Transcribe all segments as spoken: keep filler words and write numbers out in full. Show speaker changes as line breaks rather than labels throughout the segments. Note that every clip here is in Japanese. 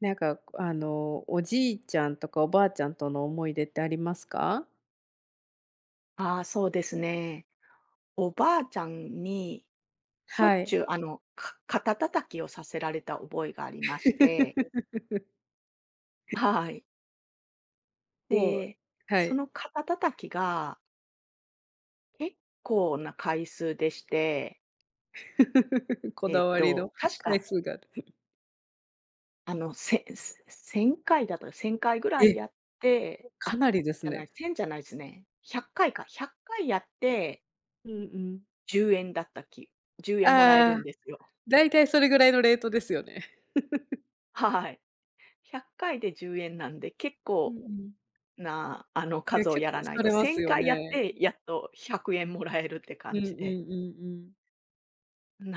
なんか、あの、おじいちゃんとかおばあちゃんとの思い出ってありますか？
ああ、そうですね。おばあちゃんに、しょっ
は
ち
い。
ゅう、あの、か肩叩きをさせられた覚えがありまして、はい。
もう
で、
は
そ
い。
の肩叩きが結構な回数でして、
こ
え
だ
っ
わり
と、
の
確
回
か、
数がある。
あの、せせせんかいだといち ぜろかいぐらい
え、
やって、
か
あ、
なりです
じゃない、
ね。
いちじゃないですね。いっかいかいか、いっかいやって
うんうん。
いちえんだったきいちえんもらえる
あ
ん
あ、
ですよ。
だいたいそれぐらいのレートですよね。
はい。いっかいでいちえんなんで、結
うん
構
うん。
な、あの、
いや、
数を
結
や
構
らない
疲
と、
れます
1000
よ
回やっ
ね。
て、やっとひゃくえんもらえるって
う
感
んうんう
じ
ん
で、
うん。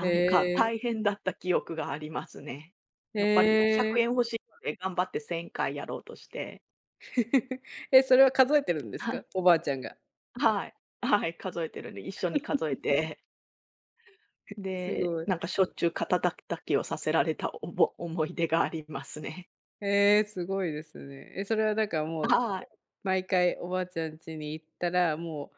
へ
んか
えー、
大変だった記憶がありますね。
へ
やっぱり100
え
円
ー。
欲しいので、頑張ってせんかいやろうとして、
え、それは数えてるんです
は
か？おばあちゃんが。
はい、はい、数えてるんで、一緒に数えて、
す
で、
ごい。
なんかしょっちゅう肩たたきをさせられたおぼ思い出がありますね。
ええ、すごいですね。え、それはなんかもう
はい。
毎回おばあちゃん家に行ったら、も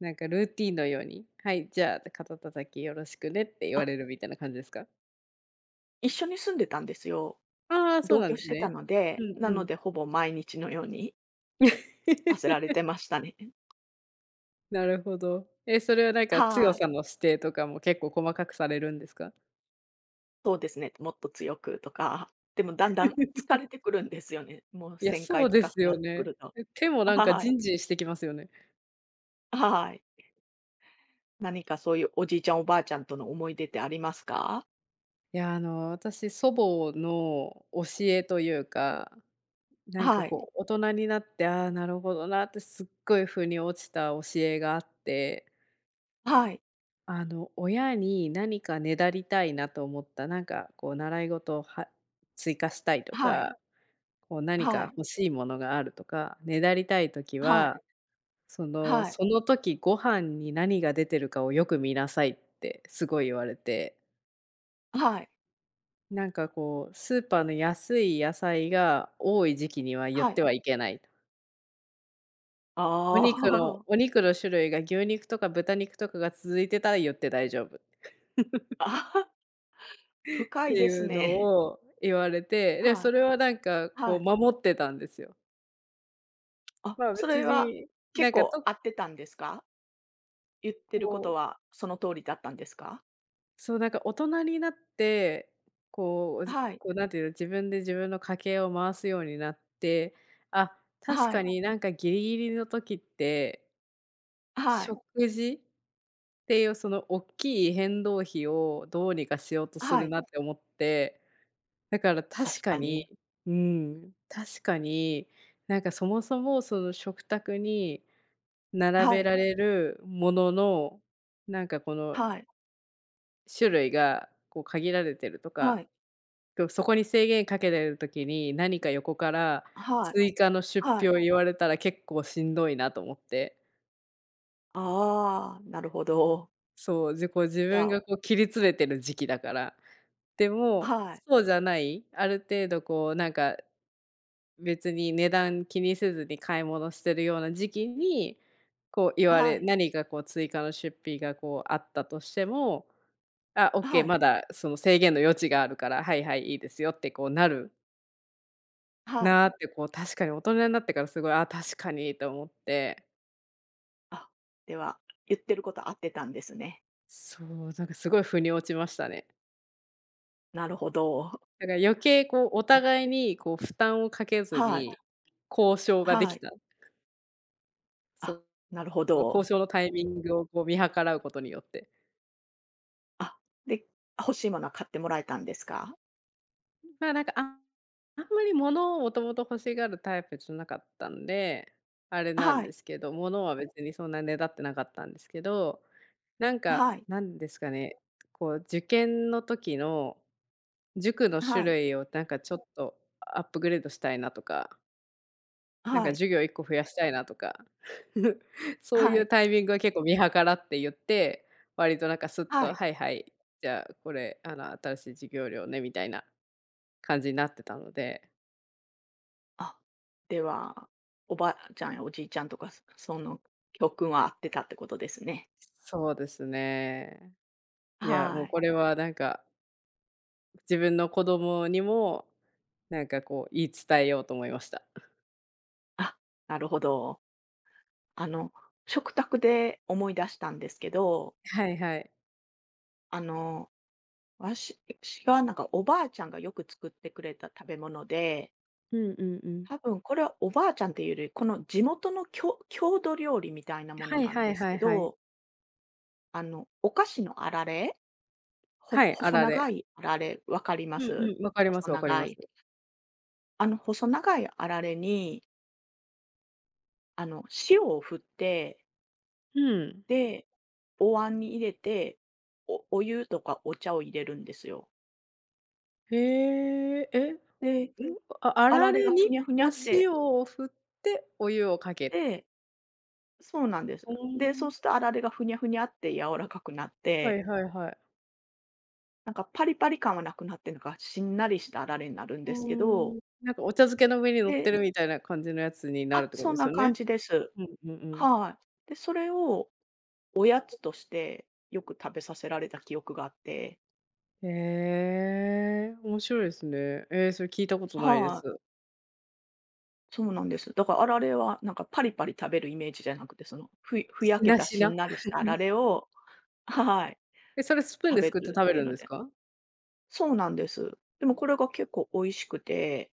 うなんかルーティンのように、はい、じゃあ肩叩きよろしくねって言
あ、
われるみたいな感じですか？
一緒に住んでたんですよ。
ああ、そう
同
なん
居
で
し
す
てた
ね。
ので、
うん
な
う
の
ん。
でほぼ毎日のようにさせられて ましたね。
なるほど。え、それはなんか強
はい。
さの指定とかも結構細かくされるんですか？
そうですね、もっと強くとか、でもだんだん疲 れてくるんですよね。もう
いや、
1000
そ
回
うで
近
す
くな
よ
ってく
ね。
ると。
え、手もなんか
は
ジ
い。
ンジンしてきますよね。
はい。何かそういうおじいちゃんおばあちゃんとの思い出ってありますか？
いや、あの、私祖母の教えというかなんか
はい。
こう、大人になって、ああ、なるほどなってすっごい腑に落ちた教えがあって、
はい。
あの、親に何かねだりたいなと思った、なんかこう習い事をは追加したいと
はい。
か、こう何
は
か
い。
欲しいものがあるとか、ねだりたい時
はい。
は、その
はい。
その時ご飯に何が出てるかをよく見なさいってすごい言われて、
はい。
なんかこう、スーパーの安い野菜が多い時期には言っ
はい。
てはいけないと。
あ
お肉のお
あ。
肉の種類が牛肉とか豚肉とかが続いてたら言って大丈夫っ
あはは、深い
て
です
いうの
ね。
を言われ て、で、
は
そ
い。
れはなんか
は
こう
い。
守ってたんですよ。
あ、
まあ、
そ
別
れは
にな
結
んか
構
と
合ってたんですか？言ってるこ
こ
と
う、
はその通りだったんですか？
そうなんか大人になって、こう、ず
はい。
こうなんていうの、自分で自分の家計を回すようになって、あ、確
は
か
い。
になんかギリギリの時って、
はい。
食事っていうその大きい変動費をどうにかしようとす
は
る
い。
なって思って、だから確
確
か
か
に
に。
うん、確かに、なんかそもそもその食卓に並
は
べ
い、
られるものの、なんかこの
はい、
種類がこう限られてると
は
か、
い、
こうそこに制限かけてる時に、何か横から
はい、
追加の出
は
費
い。
を言われたら結構しんどいなと思って。
ああ、なるほど。
そう、自こ自
じゃ
分
あ
がこう切り詰めてる時期だから。でも、
はい、
そうじゃない、ある程度こうなんか別に値段気にせずに買い物してるような時期に、こう言わ
は
れ
い、
何かこう追加の出費がこうあったとしても、あ、オッケー、
はい、
まだその制限の余地があるから、はいはい、いいですよってこうなる
はい。
なって、こう確かに大人になってからすごい、あ、確かにと思って、
あ、では、言ってること合ってたんですね。
そう、なんかすごい腑に落ちましたね。
なるほど。
だから余計こうお
あ、
互いにこう負担をかけず
はい、
に、交渉がで
は
き
い。
た。
あ、
そ
なるほ
の交
ど。
渉のタイミングをこう見計らうことによって。
あ、で、欲しいものは買ってもらえたんですか？
まあ、なんか、ああんまり物をもともと欲しがるタイプじゃなかったんで、あれなん
は
で
い、
すけど、物は別にそんなねだってなかったんですけど、なんか、
はい、
なんですかね、こう受験の時の塾の種
はい、
類をなんかちょっとアップグレードしたいなとか、なん
は
か
い、
授業いっこ増やしたいなとか、そうい
は
う
い、
タイミングは結構見計らって言って、割となんかスッ
は
と
い。
「はいはい、じゃあこれ、あの、新しい授業料ね」みたいな感じになってたので
あ、では、おばあちゃんやおじいちゃんとか、そその教訓は合ってたってことですね。
そうですね。いや、も
は
う
い。
これはなんか、自分の子供にも、なんかこう言い伝えようと思いました。
あ、なるほど。あの、食卓で思い出したんですけど、
はいはい。
あの、私私はなんかおばあちゃんがよく作ってくれた食べ物で、
うんうんうん。
多分これはおばあちゃんっていうより、この地元の郷郷土料理みたいなもの
はい
なん
は
で
い
す
は
け
いはい。
ど、あの、お菓子のあられ、ほ
はい、あ
細
られ。
長いあられ、わかりま
うん
す？
うん、わかりま
細
すわかり
長
ま
い。
す。
あの細長いあられに、あの、塩を振って
うん。
で、お椀に入れて、おお湯とかお茶を入れるんですよ。
へえ、え、ん？
で、
ああ
あ
ら
られ
れ
がふ
に
にゃふにゃ
お
って
塩を振ってお湯をかける。
で、そうなんで
う
す。で、
ー
そう
ん。
するとあられがふにゃふにゃって柔らかくなっ
は
て、
いはいはい。
なんかパリパリ感はなくなって、なんかしんなりしたあられになるん
う
ですけ
ー
ど、
ん。なんかお茶漬けの上に乗っ
で
てるみたいな感じのやつになる
あ、
ってこと
そん
です
な
よ
感
ね。
じです。
うんうんうん。
はい。で、それをおやつとしてよく食べさせられた記憶があって
へえ、面白いですね。えーそれ聞いたことないで
はい。そうなんです。だからあられはなんかパリパリ食べるイメージじゃなくて、そのふふ
す。
や
し
け
な
た
し
し
な。
ん なりしたあられをはい、
え、それスプーン
食
で
べ
すくって
るっ
食べ
ていう
るん
の
です
で。
か？
そうなんです。でもこれが結構美味しくて、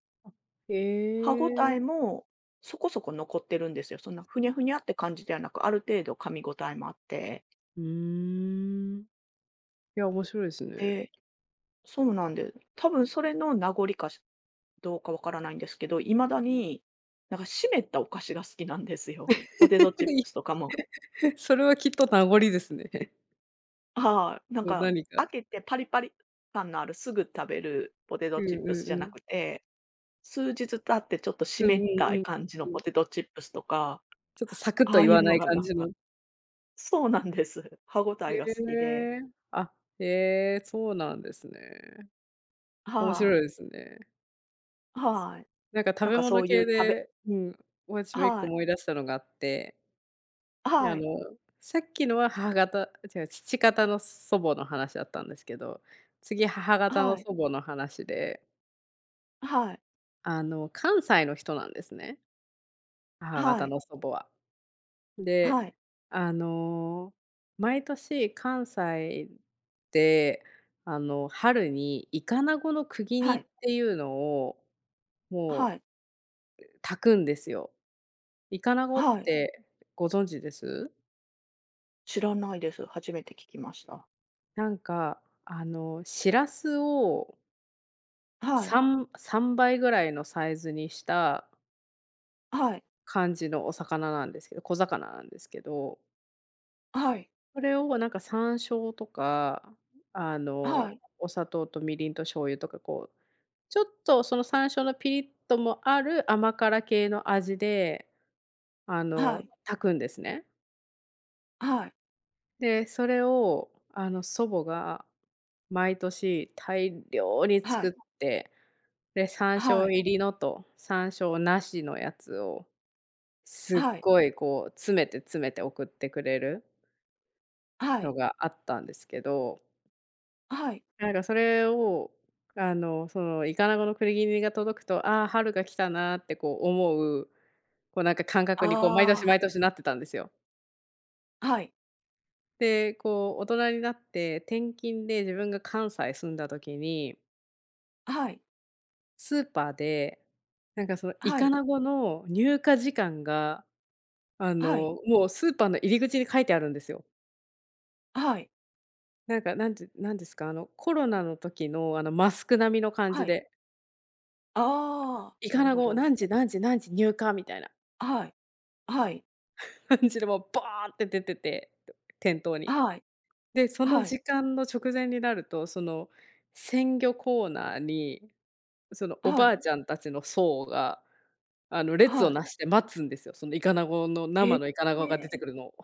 へ
歯ごたえ
え、
もそこそこ残ってるんですよ。そんなふにゃふにゃって感じではなく、ある程度噛み応えもあって。
うーん。いや、面白いですね。
でそうなんです、多分それの名残かしどうかわからないんですけど、いまだになんか湿ったお菓子が好きなんですよ。ポテトチッ
い
プスとかも。
それはきっと名残ですね。
はい、なん
そう、
か、
何
開
か。
けてパリパリ感のあるすぐ食べるポテト
うん
チ
う
ッ
ん
プスじ
う
ゃな
ん。
くて、数日経ってちょっと湿
うんう
っ
ん
た
うん。
感じの
う
ポ
ん。
テトチップスとか、
ちょっとサクッと
ああ
言
い
わ
う
な
の
い
が
感
なん
じ
か
の。
そうなんです。歯ごた
へ
えが好きで。
え。あ、へえ、そうなんですね。面
は
白い
い、
ですね。
はい。
なんか食
なん
べ
かそ
物
うい
系
う食べ
でうん、私も一
は
個
い、
思い出したのがあってで、
は
あ
い、
の、さっきのは母方違う、父方の祖母の話だったんですけど、次母方の
はい、
祖母の話で、
はい、
あの、関西の人なんですね、母
は
方
い、
の祖母は。
は
で、
い、
あの、毎年関西で、あの、春にイカナゴの釘
は
煮っ
い、
ていうのを、も
は
う
い、
炊くんですよ。イカナゴっ
はい。
てご存知です？
知らないです。初めて聞きました。
なんか、あの、しらすを
はい、
3- 3倍ぐらいのサイズにした
はい、
感じのお魚なんですけど、小魚なんですけど、
はい、
それをなんか山椒とか、あ
は
の、
い、
お砂糖とみりんと醤油とか、こう、ちょっとその山椒のピリッともある甘辛系の味で、あ
は
の、
い、
炊くんですね。
はい、
で、それを、あの、祖母が毎年大量に
は
作っ
い、
て、で、山
は
椒
い、
入りのと山椒なしのやつをす
は
っ
い。
ごいこう、詰めて詰めて送ってくれる
は
の
い、
があったんですけど、
はい、
なんかそれを、あの、そのイカナゴのくりぎりが届くと、ああ、春が来たなーってこう思う、こうなんか感覚にこう毎年
あ
毎年なってたんですよ。
あ、はい、
で、こう大人になって転勤で自分が関西住んだ時に、
はい、
スーパーで、なんかそのイ
は
カ
い、
ナゴの入荷時間が、あ
はい、
の、もうスーパーの入り口に書いてあるんですよ。
はい、
なんか、なんてなんですか、あの、コロナの時の、あの、マスク並みの感じ
はい、
で、
ああ、
イ
な
カ
る
ナ
ほ
ゴ
ど。
何時何時何時入荷みたいな
はい、はい、
感じで、もうバーって出てて、店頭に。
はい、
で、その
はい、
時間の直前になると、その、鮮魚コーナーに、その、お
は
ば
い、
あちゃんたちの層が、あの、列
は
を
い、
なして待つんですよ。そのイカナゴの
ええ、
生のイカナゴが出てくるのを。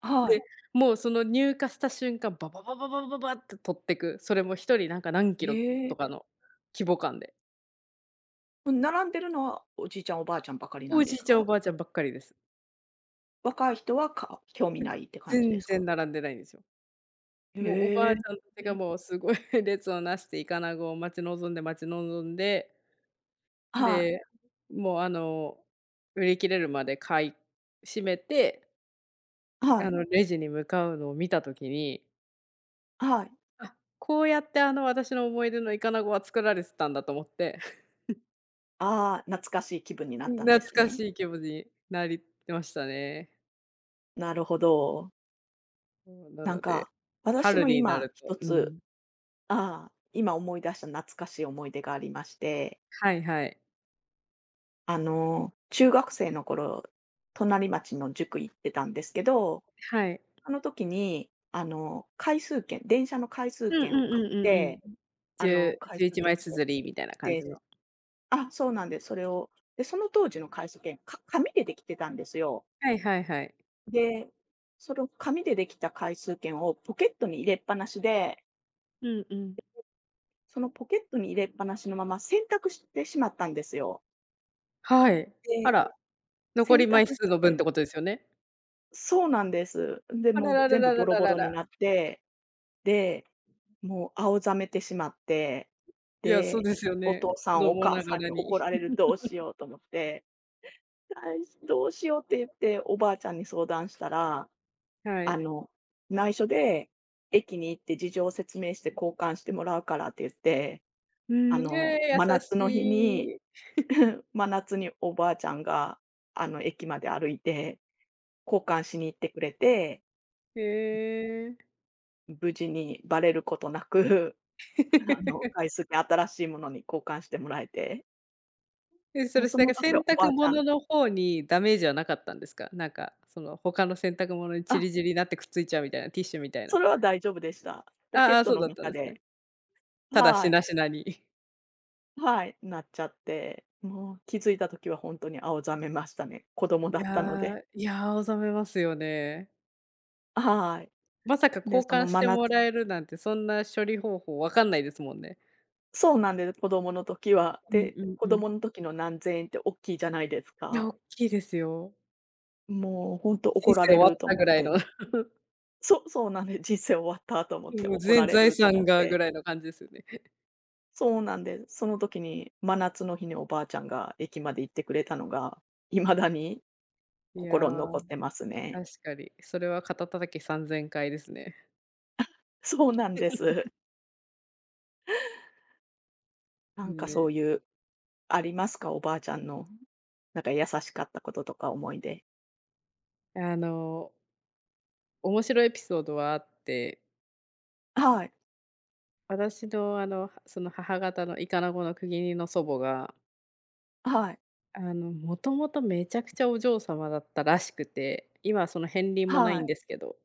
は
で、
い、
もうその入荷した瞬間、ババババババババって取ってく。それも一人なんか何キロ
ええ。
とかの規模感で。
並んでるのはおじいちゃん、おばあちゃんばかりな
お
んで
じい
す
ちゃん、お
か？
ばあちゃんばっかりです。
若い人は、か興味ないって感じで
全
すか？
然並んでないんですよ。もうお
へ
ば
え、
あちゃんたちがもうすごい 列をなしてイカナゴを待ち望んで待ち望んで、
はい、
で、もうあの、売り切れるまで買い占めて、
は
あ
い、
のレジに向かうのを見たときに、
はい。
あ、こうやってあの私の思い出のイカナゴは作られてたんだと思って、
ああ、懐かしい気分になったんで
懐
す
か
ね。
しい気持ちになりましたね。
なるほど。
そう、な
なん
ので、
か、私
春
も
にな
今、
ると
一
う
つ
ん。
ああ、今思い出した懐かしい思い出がありまして、
はいはい。
あの、中学生の頃、隣町の塾行ってたんですけど、
はい。
あの時に、あの、回数券、電車の回数
うんう
券を
ん
買っ
うんうん
て、
うん。
あの、回
じゅう、
数券
いちまい枚綴りみたいな感
で、で
じの。
あ、そうなんです、それを、で、その当時の回数券、か紙でできてたんですよ。
はいはいはい。
で、その紙でできた回数券をポケットに入れっぱなしで、
うんうん。
そのポケットに入れっぱなしのまま洗濯してしまったんですよ。
はい。あ
で
ら、残
洗
り枚
濯し
数の分っ
て、
てことですよね？
そうなんです。で、
あら
もう
らら
全部
ら
ボ
ら
ロ
ら
ボ
ら
ロに
ら。
なって、で、もう青ざめてしまって、
いや、そう
で、
ですよ
お
ね。
父さ
子
んお
供
母
なが
さん
ら
に
に。
怒られる、どうしようと思って、あいどうしようって言って、おばあちゃんに相談したら、
は
あ
い。
の、内緒で駅に行って事情を説明して交換してもらうからって言って、
う
あ
ん、
の、
ええ、
真
優
夏
し
の日に、
い。
真夏におばあちゃんが、あの、駅まで歩いて、交換しに行ってくれて
へえ。
無事にバレることなく、あの、お返 しで新しいものに交換してもらえて、
え、そ
もう
れ、
そ
なん
の
か
時は
洗
おば
濯
あちゃ
物
ん
の方にダメージはなかったんですか？なんか、その、他の洗濯物にち
あ、
りぢりになってくっついちゃうみたいな、ティッシュみたいな。
それは大丈夫でした。ポ
あ
ケ
ああ
ッ
あ、
ト
そう
の
だったん
中
ですね。
で
ただ
は
し
い、
なしなに。
はい、なっちゃって、もう気づいた時は本当に青ざめましたね。子供
い
だっ
や
たので。
ー、いやー、ざめますよね。
はい。
まさか
で、
交
その
換し
ま
て
な
もらえるなんて、そんな処理方法わかんないですもんね。
そうなんです、子供の時は。
うん
で、
うん
子
うん。
供の時の何千円って大きいじゃないです
いや、
か。
大きいですよ。
もう本当怒
人
ら
生終
れ
わっ
ると
た
思っ
ぐらい
て。
の、
そう、そうなんで、人生終わったと思って、
もう
怒ら
全
れ
財
ると思
産
っ
がぐ
て。
らいの感じですよね。
そうなんです。その時に、真夏の日におばあちゃんが駅まで行ってくれたのが、いまだに
いや
心に残
ー、
ってますね。
確かに。それは肩叩きさんぜんかいですね。
そうなんで す。なんか
ね
そう
え。
いう、ありますか？おばあちゃんの、なんか優しかったこととか思い出。
あの、面白いエピソードはあって、
はい、
私のあの、はその母方のイカナゴの国の祖母が
はい、
あの、もともとめちゃくちゃお嬢様だったらしくて、今はその片鱗もな
は
い
い、
んですけど、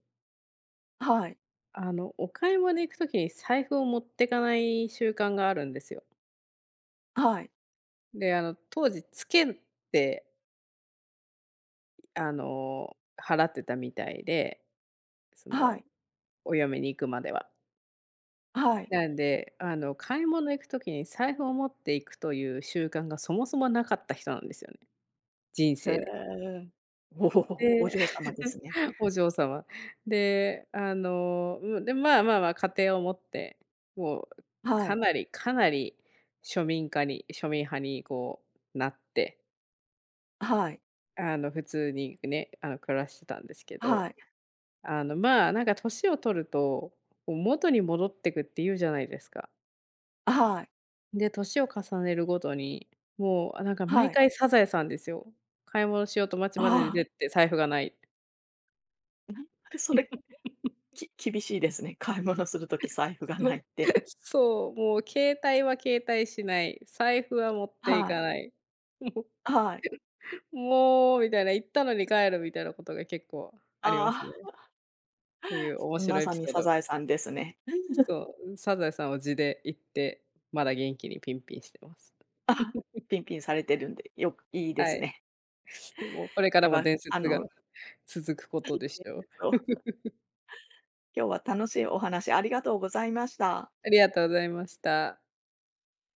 はい、
あの、お買い物行く時に財布を持ってかない習慣があるんですよ。
はい、
で、あの、当時つけって、あの、払ってたみたいで、そ
は
の、
い、
お嫁に行くまでは。
はい。
なんで、あの、買い物行く時に財布を持っていくという習慣がそもそもなかった人なんですよね、人
へ
生で。
え。おお、お
で、
嬢様ですね。
お嬢様。で、あの、うん、で、まあまあまあ、家庭を持って、もう
は
か
い、
なりかなり庶民化に庶民派にこうなって、
はい、
あの、普通にね、あの、暮らしてたんですけど、
はい、
あの、まあ、なんか年を取ると、こう元に戻ってくって言うじゃないですか。
はい、
で、年を重ねるごとに、もう、あ、なんか毎
はい。
回サザエさんですよ。買い物しようと街まで
あ
出てって財布がない。
あ、それき厳しいですね。買い物するとき財布 が
そう。
ないって。
そう、もう携帯は携帯しない、財布は持ってい
はい。
かない。もう
はい。
もうみたいな、行ったのに帰るみたいなことが結構ありま
あ
すね。っていう面
あ、ま
白いエ
さ
ピ
に
ソー
サ
ド。
ザエさんですね。
そう、サザエさんを地で行って、まだ元気にピンピンしてます。
あ、ピンピンされてるんで、よくいいで
は
す
い。
ね。
もうこれから
で
も
は、
伝
あ
説が
の、
続くことで
え
しょ
っ
う。
と 今日は楽しいお話ありがとうございました。
ありがとうございました。